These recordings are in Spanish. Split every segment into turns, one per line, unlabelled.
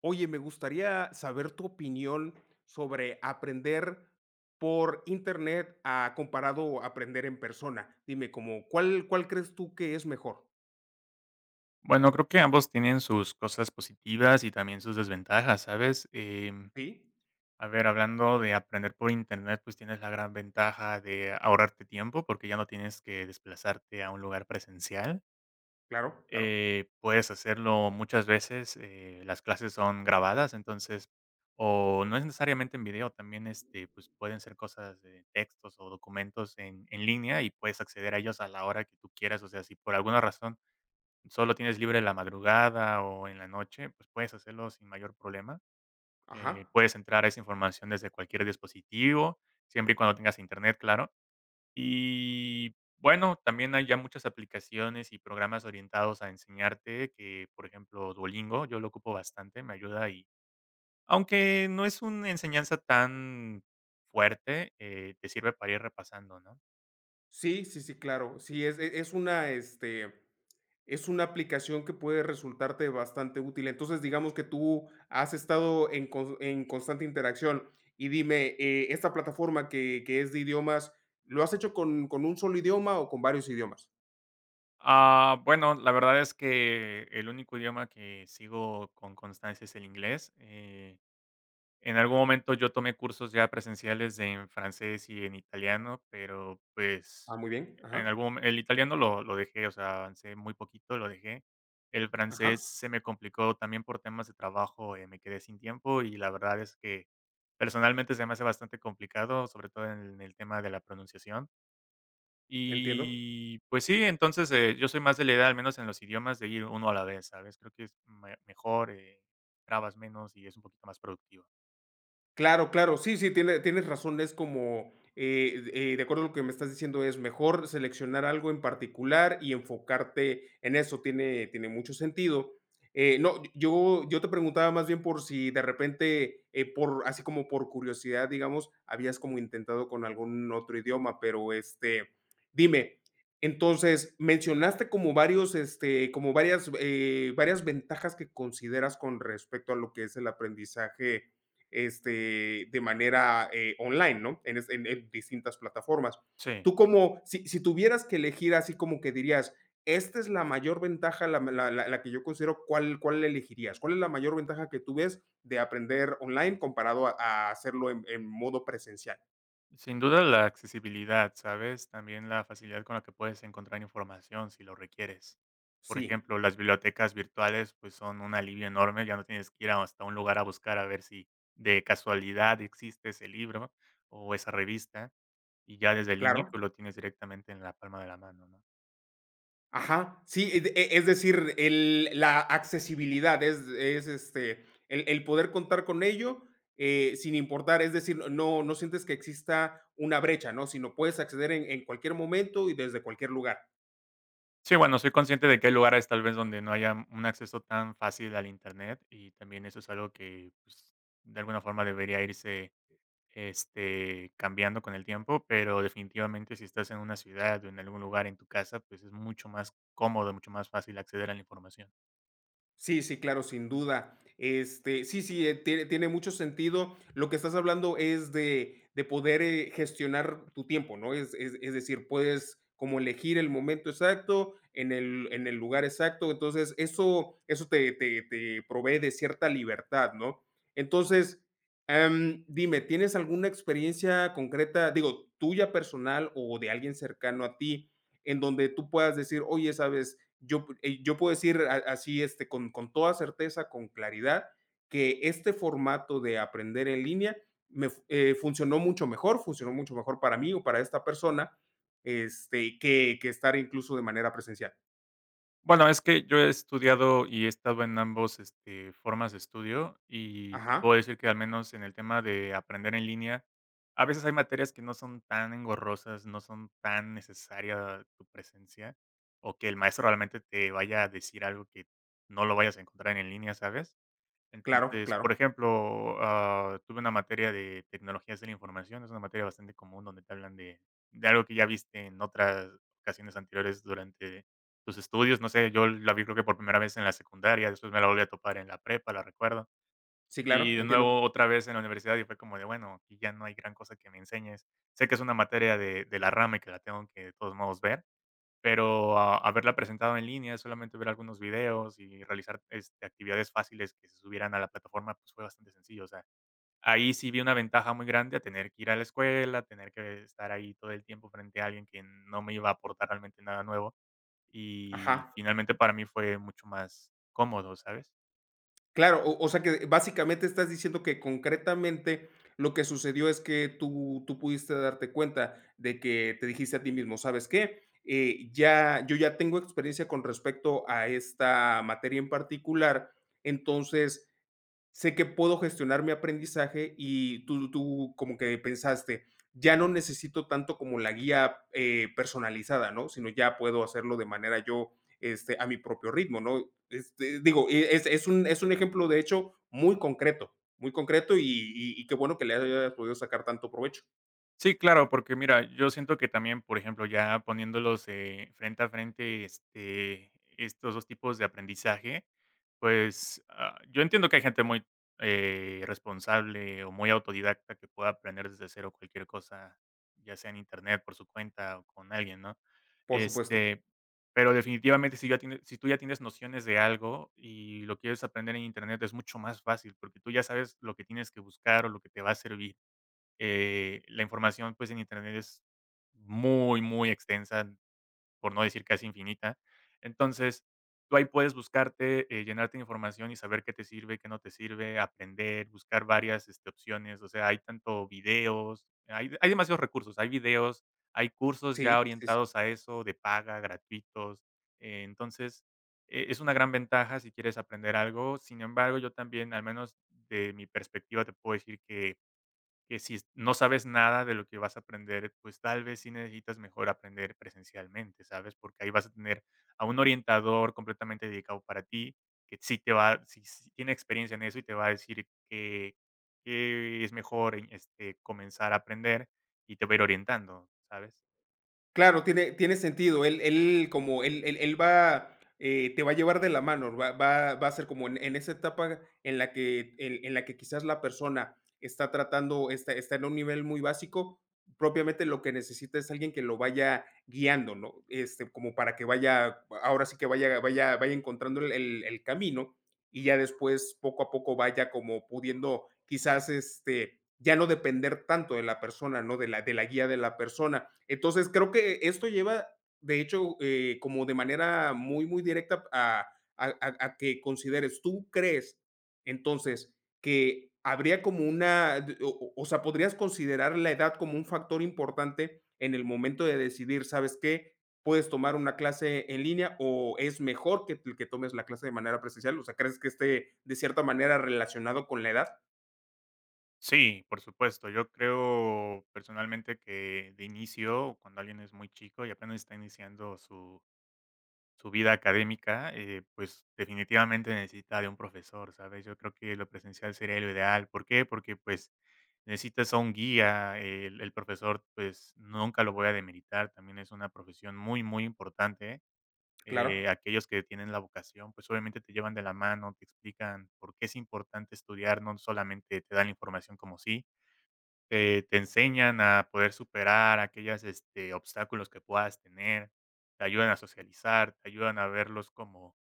Oye, me gustaría saber tu opinión sobre aprender por internet, a comparado a aprender en persona. Dime, como, ¿cuál crees tú que es mejor?
Bueno, creo que ambos tienen sus cosas positivas y también sus desventajas, ¿sabes?
Sí,
A ver, hablando de aprender por internet, pues tienes la gran ventaja de ahorrarte tiempo porque ya no tienes que desplazarte a un lugar presencial.
claro, claro.
Puedes hacerlo muchas veces, las clases son grabadas, entonces, o no es necesariamente en video, también pues pueden ser cosas de textos o documentos en línea y puedes acceder a ellos a la hora que tú quieras, o sea, si por alguna razón solo tienes libre en la madrugada o en la noche, pues puedes hacerlo sin mayor problema.
Ajá.
Puedes entrar a esa información desde cualquier dispositivo, siempre y cuando tengas internet, claro. Y bueno, también hay ya muchas aplicaciones y programas orientados a enseñarte que, por ejemplo, Duolingo, yo lo ocupo bastante, me ayuda y aunque no es una enseñanza tan fuerte, te sirve para ir repasando, ¿no?
Sí, sí, sí, claro. Sí, es una, es una aplicación que puede resultarte bastante útil. Entonces, digamos que tú has estado en constante interacción. Y dime, esta plataforma que es de idiomas, ¿lo has hecho con un solo idioma o con varios idiomas?
Ah, bueno, la verdad es que el único idioma que sigo con constancia es el inglés. En algún momento yo tomé cursos ya presenciales en francés y en italiano, pero
Ah,
pues
muy bien. Ajá,
el italiano lo dejé, o sea, avancé muy poquito, lo dejé. El
ajá,
francés se me complicó también por temas de trabajo, me quedé sin tiempo y la verdad es que personalmente se me hace bastante complicado, sobre todo en el tema de la pronunciación.
entiendo.
Y pues sí, entonces, yo soy más de la idea, al menos en los idiomas, de ir uno a la vez, ¿sabes? Creo que es me mejor, trabas menos y es un poquito más productivo.
Claro, claro. Sí, sí, tienes razón. Es como, de acuerdo a lo que me estás diciendo, es mejor seleccionar algo en particular y enfocarte en eso. Tiene mucho sentido. No, yo te preguntaba más bien por si de repente, por así como por curiosidad, digamos, habías como intentado con algún otro idioma, pero, dime, entonces, mencionaste como varios, como varias, varias ventajas que consideras con respecto a lo que es el aprendizaje, de manera online, ¿no? En distintas plataformas.
Sí,
Tú como, si tuvieras que elegir así como que dirías, esta es la mayor ventaja, la que yo considero, ¿cuál elegirías? ¿Cuál es la mayor ventaja que tú ves de aprender online comparado a hacerlo en modo presencial?
sin duda la accesibilidad, ¿sabes? También la facilidad con la que puedes encontrar información si lo requieres. Por
Sí,
ejemplo, las bibliotecas virtuales, pues, son un alivio enorme, ya no tienes que ir a hasta un lugar a buscar a ver si de casualidad existe ese libro o esa revista, y ya desde línea,
claro.
pues, lo tienes directamente en la palma de la mano, ¿no?
Ajá, sí, es decir, el la accesibilidad es, el poder contar con ello, sin importar, es decir, no sientes que exista una brecha, ¿no? Sino puedes acceder en cualquier momento y desde cualquier lugar.
Sí, bueno, soy consciente de que hay lugares tal vez donde no haya un acceso tan fácil al internet y también eso es algo que pues, de alguna forma debería irse cambiando con el tiempo, pero definitivamente si estás en una ciudad o en algún lugar en tu casa, pues es mucho más cómodo, mucho más fácil acceder a la información.
Sí, sí, claro, sin duda. Este, sí, sí, tiene mucho sentido. Lo que estás hablando es de poder, gestionar tu tiempo, ¿no? Es decir, puedes como elegir el momento exacto, en el lugar exacto. Entonces, eso te provee de cierta libertad, ¿no? Entonces, dime, ¿tienes alguna experiencia concreta, digo, tuya personal o de alguien cercano a ti, en donde tú puedas decir: "Oye, ¿sabes? Yo, yo puedo decir así, con toda certeza, con claridad, que este formato de aprender en línea funcionó mucho mejor para mí o para esta persona, que estar incluso de manera presencial.
Bueno, es que yo he estudiado y he estado en ambos, formas de estudio, y te
Ajá,
puedo decir que al menos en el tema de aprender en línea, a veces hay materias que no son tan engorrosas, no son tan necesaria tu presencia, o que el maestro realmente te vaya a decir algo que no lo vayas a encontrar en línea, ¿sabes?
claro,
Entonces, por
claro.
ejemplo, tuve una materia de tecnologías de la información, es una materia bastante común donde te hablan de algo que ya viste en otras ocasiones anteriores durante tus estudios, no sé, yo la vi creo que por primera vez en la secundaria, después me la volví a topar en la prepa, la recuerdo,
Sí, claro,
y de
entiendo.
nuevo otra vez en la universidad y fue como de, bueno, aquí ya no hay gran cosa que me enseñes. Sé que es una materia de la rama y que la tengo que de todos modos ver, pero a haberla presentado en línea, solamente ver algunos videos y realizar, actividades fáciles que se subieran a la plataforma, pues, fue bastante sencillo. O sea, ahí sí vi una ventaja muy grande a tener que ir a la escuela, tener que estar ahí todo el tiempo frente a alguien que no me iba a aportar realmente nada nuevo, y
Ajá.
finalmente para mí fue mucho más cómodo, ¿sabes?
Claro, o sea, que básicamente estás diciendo que concretamente lo que sucedió es que tú pudiste darte cuenta de que te dijiste a ti mismo: "¿Sabes qué? Ya yo ya tengo experiencia con respecto a esta materia en particular, entonces, sé que puedo gestionar mi aprendizaje y tú como que pensaste, ya no necesito tanto como la guía, personalizada, ¿no? Sino ya puedo hacerlo de manera yo, a mi propio ritmo, ¿no? Este, digo, es un ejemplo, de hecho, muy concreto y qué bueno que le hayas podido sacar tanto provecho.
Sí, claro, porque mira, yo siento que también, por ejemplo, ya poniéndolos frente a frente, estos dos tipos de aprendizaje, pues yo entiendo que hay gente muy responsable o muy autodidacta que pueda aprender desde cero cualquier cosa, ya sea en internet, por su cuenta o con alguien, ¿no?
Por supuesto.
Este, pero definitivamente si, si tú ya tienes nociones de algo y lo quieres aprender en internet, es mucho más fácil porque tú ya sabes lo que tienes que buscar o lo que te va a servir la información, pues, en Internet es muy, muy extensa, por no decir casi infinita. Entonces, tú ahí puedes buscarte, llenarte de información y saber qué te sirve, qué no te sirve, aprender, buscar varias, opciones. O sea, hay tanto videos, hay demasiados recursos, hay videos, hay cursos
Sí,
ya
sí, sí.
orientados a eso, de paga, gratuitos. Entonces, es una gran ventaja si quieres aprender algo. Sin embargo, yo también, al menos de mi perspectiva, te puedo decir que si no sabes nada de lo que vas a aprender, pues tal vez sí necesitas mejor aprender presencialmente, ¿sabes? Porque ahí vas a tener a un orientador completamente dedicado para ti, que sí te va, sí, sí tiene experiencia en eso y te va a decir que es mejor en, comenzar a aprender y te va a ir orientando, ¿sabes?
Claro, tiene sentido. Él como él va, te va a llevar de la mano, va a ser como en esa etapa en la que en la que quizás la persona está tratando, está en un nivel muy básico, propiamente lo que necesita es alguien que lo vaya guiando, ¿no? Este, como para que vaya, ahora sí que vaya encontrando el el camino y ya después poco a poco vaya como pudiendo quizás este ya no depender tanto de la persona, ¿no? De la guía de la persona. Entonces, creo que esto lleva, de hecho, como de manera muy, muy directa a, a que consideres, tú crees, entonces, que habría como una, o sea, podrías considerar la edad como un factor importante en el momento de decidir, ¿sabes qué? ¿Puedes tomar una clase en línea o es mejor que tomes la clase de manera presencial? O sea, ¿crees que esté de cierta manera relacionado con la edad?
Sí, por supuesto. Yo creo personalmente que de inicio, cuando alguien es muy chico y apenas está iniciando su vida académica, pues, definitivamente necesita de un profesor, ¿sabes? Yo creo que lo presencial sería lo ideal, ¿por qué? Porque, pues, necesitas a un guía, el profesor, pues, nunca lo voy a demeritar, también es una profesión muy, muy importante,
Claro,
aquellos que tienen la vocación, pues, obviamente te llevan de la mano, te explican por qué es importante estudiar, no solamente te dan la información como sí. Te enseñan a poder superar aquellas, obstáculos que puedas tener, te ayudan a socializar, te ayudan a verlos como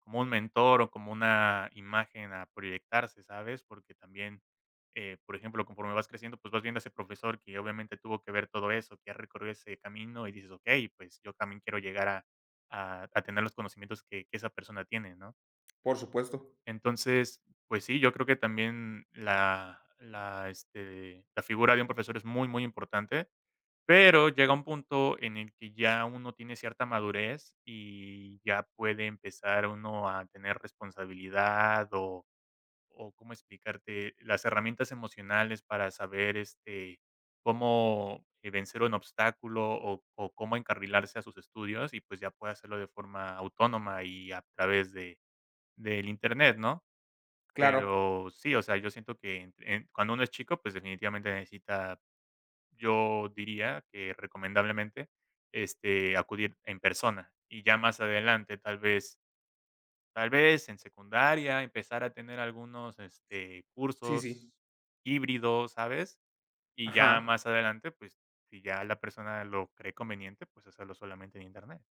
como un mentor o como una imagen a proyectarse, ¿sabes? Porque también, por ejemplo, conforme vas creciendo, pues vas viendo a ese profesor que obviamente tuvo que ver todo eso, que ha recorrido ese camino y dices: "Okey, pues yo también quiero llegar a a tener los conocimientos que esa persona tiene", ¿no?
por supuesto.
Entonces, pues sí, yo creo que también la figura de un profesor es muy, muy importante, pero llega un punto en el que ya uno tiene cierta madurez y ya puede empezar uno a tener responsabilidad o cómo explicarte, las herramientas emocionales para saber, cómo, vencer un obstáculo o cómo encarrilarse a sus estudios y, pues, ya puede hacerlo de forma autónoma y a través de del Internet, ¿no?
Claro,
Pero sí, o sea, yo siento que en cuando uno es chico, pues, definitivamente necesita, yo diría que recomendablemente, acudir en persona. Y ya más adelante, tal vez en secundaria, empezar a tener algunos,
sí, sí.
cursos híbridos, ¿sabes? Y ya
Ajá.
más adelante, pues, si ya la persona lo cree conveniente, pues, hacerlo solamente en Internet.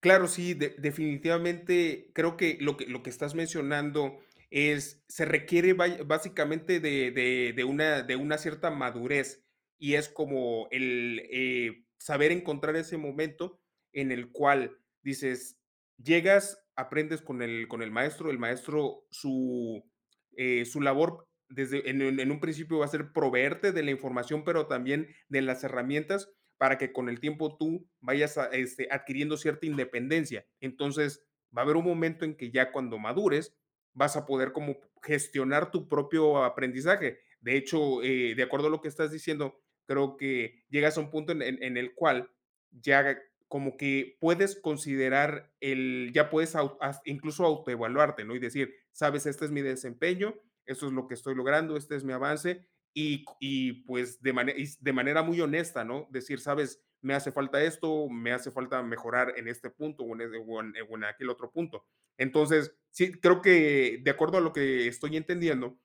Claro, sí, de definitivamente creo que lo que estás mencionando es se requiere vaya básicamente de una cierta madurez, y es como el, saber encontrar ese momento en el cual dices, llegas, aprendes con el maestro, el maestro su, su labor desde en un principio va a ser proveerte de la información, pero también de las herramientas para que con el tiempo tú vayas a, adquiriendo cierta independencia. Entonces, va a haber un momento en que ya cuando madures, vas a poder como gestionar tu propio aprendizaje. De hecho, de acuerdo a lo que estás diciendo, creo que llegas a un punto en el cual ya como que puedes considerar el, ya puedes incluso autoevaluarte, ¿no? Y decir, sabes, este es mi desempeño, esto es lo que estoy logrando, este es mi avance, y pues de, de manera muy honesta, ¿no? Decir, sabes, me hace falta esto, me hace falta mejorar en este punto o en, o en aquel otro punto. Entonces, sí, creo que de acuerdo a lo que estoy entendiendo,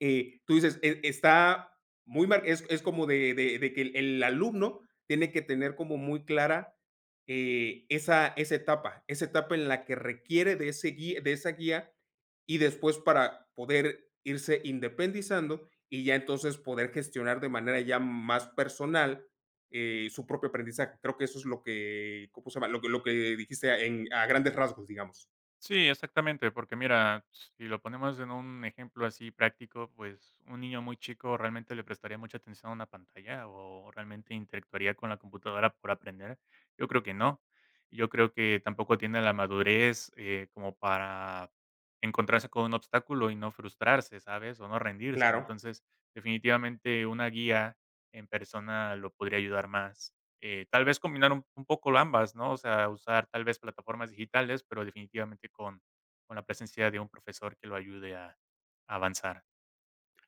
tú dices, está muy mar es como de que el alumno tiene que tener como muy clara, esa etapa en la que requiere de ese guía de esa guía, y después para poder irse independizando, y ya entonces poder gestionar de manera ya más personal, su propio aprendizaje. Creo que eso es lo que, ¿cómo se llama? Lo que dijiste en a grandes rasgos, digamos.
Sí, exactamente, porque mira, si lo ponemos en un ejemplo así práctico, pues un niño muy chico realmente le prestaría mucha atención a una pantalla o realmente interactuaría con la computadora por aprender. Yo creo que no. Yo creo que tampoco tiene la madurez como para encontrarse con un obstáculo y no frustrarse, ¿sabes? O no rendirse.
Claro.
Entonces, definitivamente una guía en persona lo podría ayudar más. Tal vez combinar un poco ambas, ¿no? O sea, usar tal vez plataformas digitales, pero definitivamente con la presencia de un profesor que lo ayude a avanzar.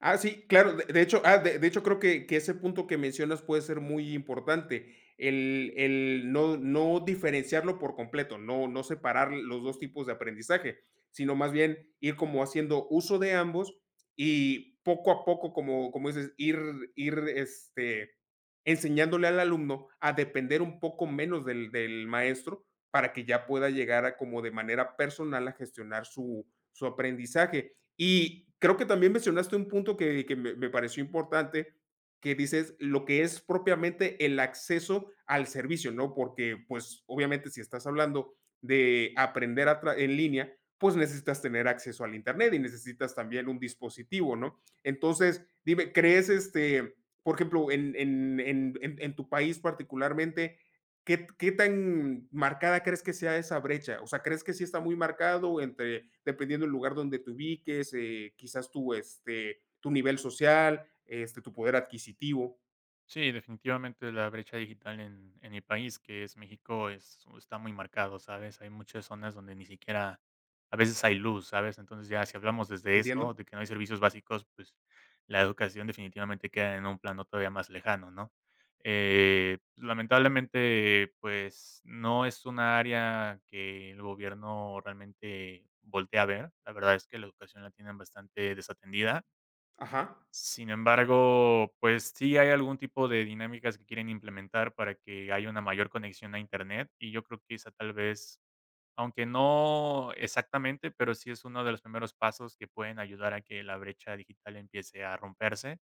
Ah, sí, claro. De hecho, ah, de hecho, creo que ese punto que mencionas puede ser muy importante. El no diferenciarlo por completo, no separar los 2 tipos de aprendizaje, sino más bien ir como haciendo uso de ambos y poco a poco, como como dices, ir, enseñándole al alumno a depender un poco menos del maestro para que ya pueda llegar a como de manera personal a gestionar su aprendizaje. Y creo que también mencionaste un punto que me pareció importante, que dices lo que es propiamente el acceso al servicio, ¿no? Porque pues obviamente si estás hablando de aprender en línea, pues necesitas tener acceso al internet y necesitas también un dispositivo, ¿no? Entonces, dime, ¿crees este, por ejemplo, en tu país particularmente, ¿qué, qué tan marcada crees que sea esa brecha? O sea, ¿crees que sí está muy marcado entre, dependiendo del lugar donde te ubiques, quizás tu, tu nivel social, tu poder adquisitivo?
Sí, definitivamente la brecha digital en mi país, que es México, es, está muy marcado, ¿sabes? Hay muchas zonas donde ni siquiera a veces hay luz, ¿sabes? Entonces ya si hablamos desde eso,
¿Entiendo?
de que no hay servicios básicos, pues la educación definitivamente queda en un plano todavía más lejano, ¿no? Lamentablemente, pues no es una área que el gobierno realmente voltea a ver. La verdad es que la educación la tienen bastante desatendida.
Ajá,
Sin embargo, pues sí hay algún tipo de dinámicas que quieren implementar para que haya una mayor conexión a Internet y yo creo que esa tal vez, aunque no exactamente, pero sí es uno de los primeros pasos que pueden ayudar a que la brecha digital empiece a romperse.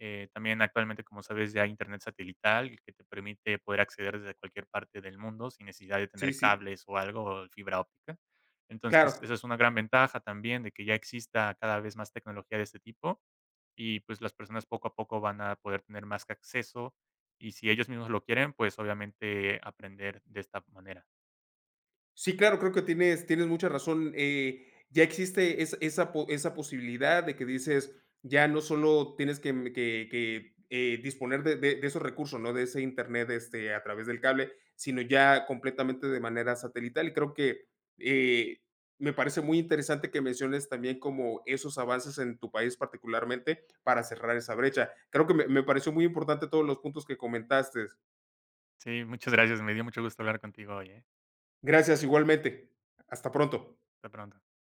También actualmente, como sabes, ya hay Internet satelital que te permite poder acceder desde cualquier parte del mundo sin necesidad de
sí,
tener
sí,
cables o algo, o fibra óptica. Entonces,
claro.
esa es una gran ventaja también de que ya exista cada vez más tecnología de este tipo y, pues, las personas poco a poco van a poder tener más que acceso, y si ellos mismos lo quieren, pues, obviamente aprender de esta manera.
Sí, claro, creo que tienes mucha razón. Ya existe es esa po esa posibilidad de que dices, ya no solo tienes que mm, disponer de esos recursos, ¿no? De ese internet, este, a través del cable, sino ya completamente de manera satelital. Y creo que, eh, me parece muy interesante que menciones también como esos avances en tu país particularmente para cerrar esa brecha. Creo que me pareció muy importante todos los puntos que comentaste.
Sí, muchas gracias, me dio mucho gusto hablar contigo hoy, ¿eh?
Gracias, igualmente. Hasta pronto.
Hasta pronto.